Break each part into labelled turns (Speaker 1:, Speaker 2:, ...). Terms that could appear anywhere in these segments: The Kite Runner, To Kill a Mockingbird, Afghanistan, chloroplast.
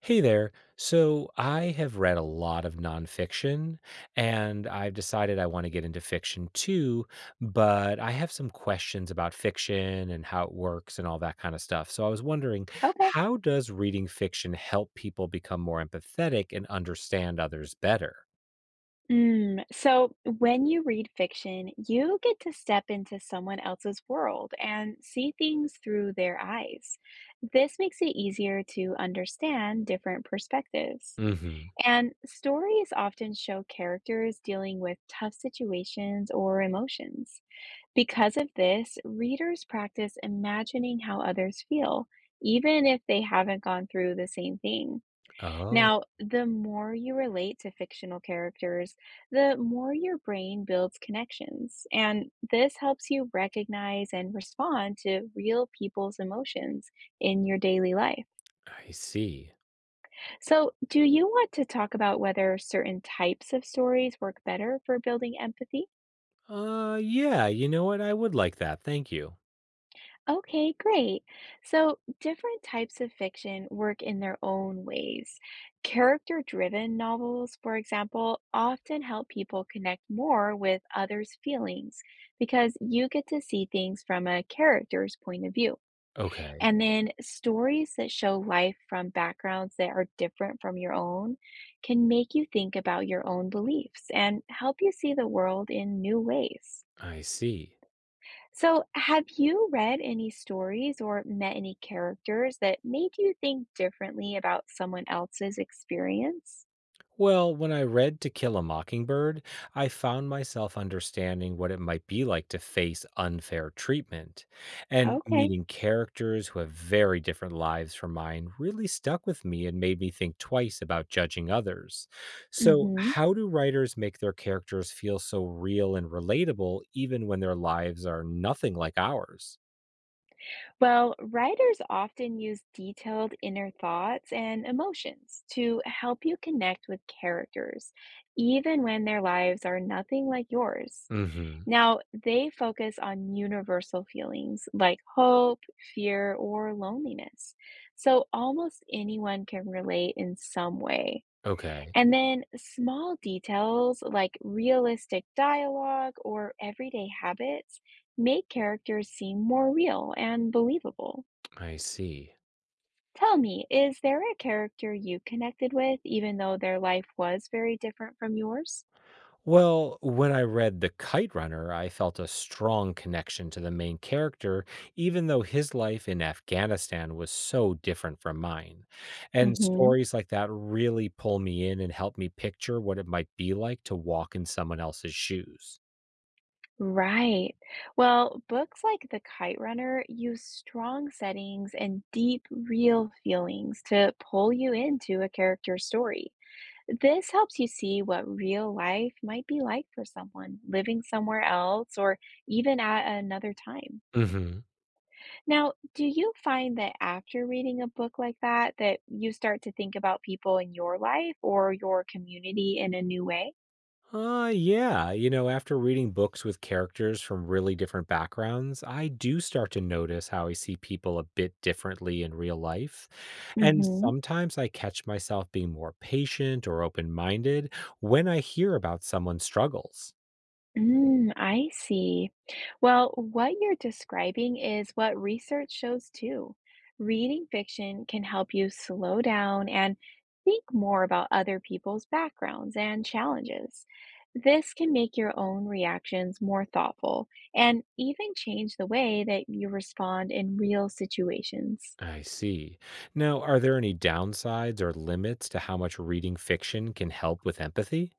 Speaker 1: Hey there. So I have read a lot of nonfiction and I've decided I want to get into fiction too, but I have some questions about fiction and how it works and all that kind of stuff. So I was wondering,
Speaker 2: Okay.
Speaker 1: how does reading fiction help people become more empathetic and understand others better?
Speaker 2: Mm. So when you read fiction, you get to step into someone else's world and see things through their eyes. This makes it easier to understand different perspectives.
Speaker 1: Hmm.
Speaker 2: And stories often show characters dealing with tough situations or emotions. Because of this, readers practice imagining how others feel, even if they haven't gone through the same thing.
Speaker 1: Oh,
Speaker 2: Now, the more you relate to fictional characters, the more your brain builds connections. And this helps you recognize and respond to real people's emotions in your daily life.
Speaker 1: I see.
Speaker 2: So, do you want to talk about whether certain types of stories work better for building empathy?
Speaker 1: Yeah, you know what? I would like that. Thank you.
Speaker 2: Okay, great. So different types of fiction work in their own ways. Character driven novels, for example, often help people connect more with others' feelings because you get to see things from a character's point of view.
Speaker 1: Okay,
Speaker 2: And then stories that show life from backgrounds that are different from your own can make you think about your own beliefs and help you see the world in new ways.
Speaker 1: I see.
Speaker 2: So, have you read any stories or met any characters that made you think differently about someone else's experience?
Speaker 1: Well, when I read To Kill a Mockingbird, I found myself understanding what it might be like to face unfair treatment. And
Speaker 2: Okay.
Speaker 1: meeting characters who have very different lives from mine really stuck with me and made me think twice about judging others. So,
Speaker 2: hmm
Speaker 1: how do writers make their characters feel so real and relatable even when their lives are nothing like ours?
Speaker 2: Well, writers often use detailed inner thoughts and emotions to help you connect with characters, even when their lives are nothing like yours.
Speaker 1: Mhm.
Speaker 2: Now, they focus on universal feelings like hope, fear, or loneliness. So almost anyone can relate in some way.
Speaker 1: Okay.
Speaker 2: And then small details like realistic dialogue or everyday habits make characters seem more real and believable.
Speaker 1: I see.
Speaker 2: Tell me, is there a character you connected with, even though their life was very different from yours?
Speaker 1: Well, when I read The Kite Runner, I felt a strong connection to the main character, even though his life in Afghanistan was so different from mine. And
Speaker 2: hmm
Speaker 1: stories like that really pull me in and help me picture what it might be like to walk in someone else's shoes.
Speaker 2: Right. Well, books like The Kite Runner use strong settings and deep, real feelings to pull you into a character's story. This helps you see what real life might be like for someone living somewhere else or even at another time.
Speaker 1: Hmm.
Speaker 2: Now, do you find that after reading a book like that that you start to think about people in your life or your community in a new way?
Speaker 1: Yeah. You know, after reading books with characters from really different backgrounds, I do start to notice how I see people a bit differently in real life. And
Speaker 2: Mhm.
Speaker 1: sometimes I catch myself being more patient or open minded when I hear about someone's struggles.
Speaker 2: I see. Well, what you're describing is what research shows too. Reading fiction can help you slow down and think more about other people's backgrounds and challenges. This can make your own reactions more thoughtful and even change the way that you respond in real situations.
Speaker 1: I see. Now, are there any downsides or limits to how much reading fiction can help with empathy?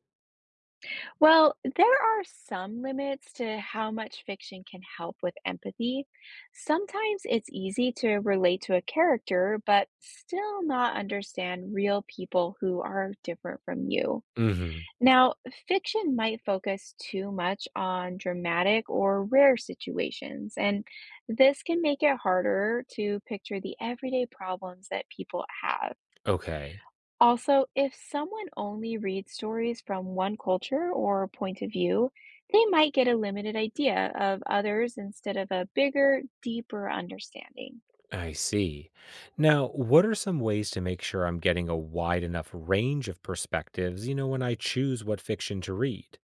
Speaker 2: Well, there are some limits to how much fiction can help with empathy. Sometimes it's easy to relate to a character, but still not understand real people who are different from you.
Speaker 1: Mm hmm.
Speaker 2: Now, fiction might focus too much on dramatic or rare situations, and this can make it harder to picture the everyday problems that people have.
Speaker 1: Okay.
Speaker 2: Also, if someone only reads stories from one culture or point of view, they might get a limited idea of others instead of a bigger, deeper understanding.
Speaker 1: I see. Now, what are some ways to make sure I'm getting a wide enough range of perspectives, you know, when I choose what fiction to read?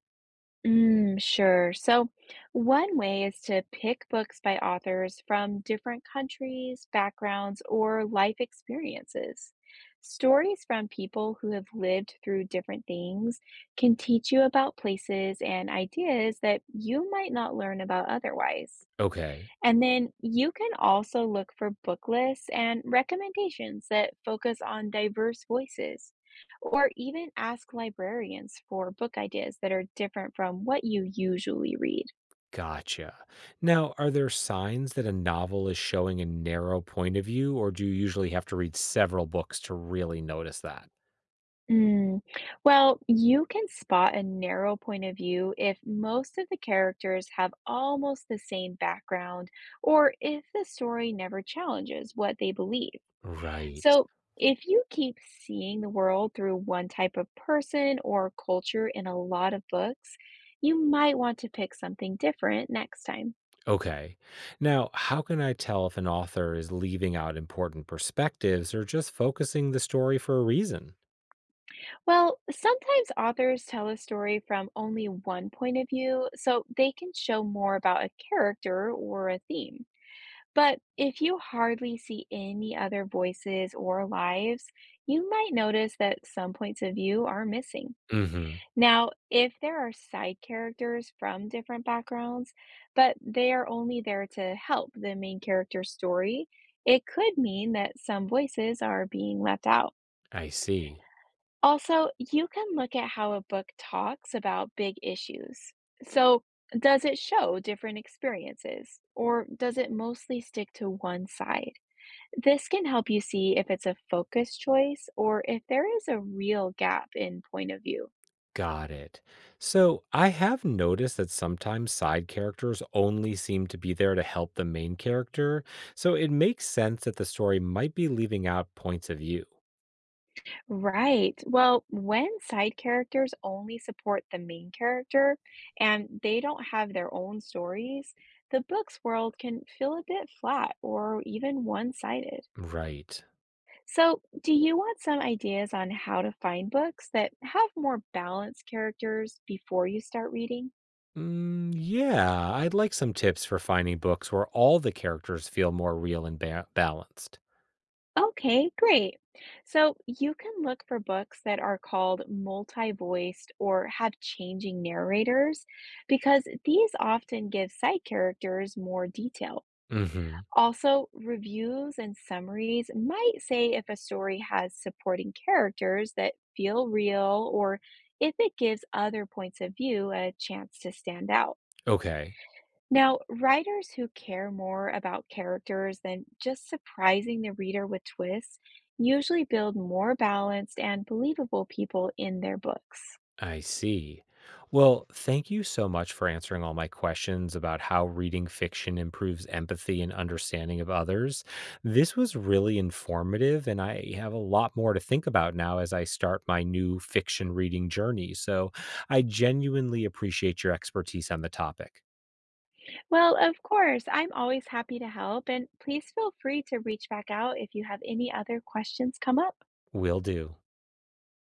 Speaker 2: Sure. So, one way is to pick books by authors from different countries, backgrounds, or life experiences. Stories from people who have lived through different things can teach you about places and ideas that you might not learn about otherwise.
Speaker 1: Okay,
Speaker 2: And then you can also look for book lists and recommendations that focus on diverse voices, or even ask librarians for book ideas that are different from what you usually read.
Speaker 1: gotcha. Now, are there signs that a novel is showing a narrow point of view, or do you usually have to read several books to really notice that?
Speaker 2: Mm. Well, you can spot a narrow point of view if most of the characters have almost the same background or if the story never challenges what they believe.
Speaker 1: Right.
Speaker 2: So, if you keep seeing the world through one type of person or culture in a lot of books, you might want to pick something different next time.
Speaker 1: Okay. Now, how can I tell if an author is leaving out important perspectives or just focusing the story for a reason?
Speaker 2: Well, sometimes authors tell a story from only one point of view, so they can show more about a character or a theme. But if you hardly see any other voices or lives, you might notice that some points of view are missing.
Speaker 1: Mm hmm.
Speaker 2: Now, if there are side characters from different backgrounds, but they are only there to help the main character's story, it could mean that some voices are being left out.
Speaker 1: I see.
Speaker 2: Also, you can look at how a book talks about big issues. So, does it show different experiences, or does it mostly stick to one side? This can help you see if it's a focus choice or if there is a real gap in point of view.
Speaker 1: Got it. So I have noticed that sometimes side characters only seem to be there to help the main character, so it makes sense that the story might be leaving out points of view.
Speaker 2: Right. Well, when side characters only support the main character and they don't have their own stories, the book's world can feel a bit flat or even one-sided.
Speaker 1: Right.
Speaker 2: So, do you want some ideas on how to find books that have more balanced characters before you start reading?
Speaker 1: Mm, yeah, I'd like some tips for finding books where all the characters feel more real and balanced.
Speaker 2: Okay, great. So you can look for books that are called multi-voiced or have changing narrators because these often give side characters more detail.
Speaker 1: Hmm.
Speaker 2: Also, reviews and summaries might say if a story has supporting characters that feel real or if it gives other points of view a chance to stand out.
Speaker 1: Okay.
Speaker 2: Now, writers who care more about characters than just surprising the reader with twists usually build more balanced and believable people in their books.
Speaker 1: I see. Well, thank you so much for answering all my questions about how reading fiction improves empathy and understanding of others. This was really informative, and I have a lot more to think about now as I start my new fiction reading journey. So I genuinely appreciate your expertise on the topic.
Speaker 2: Well, of course, I'm always happy to help, and please feel free to reach back out if you have any other questions come up.
Speaker 1: Will do.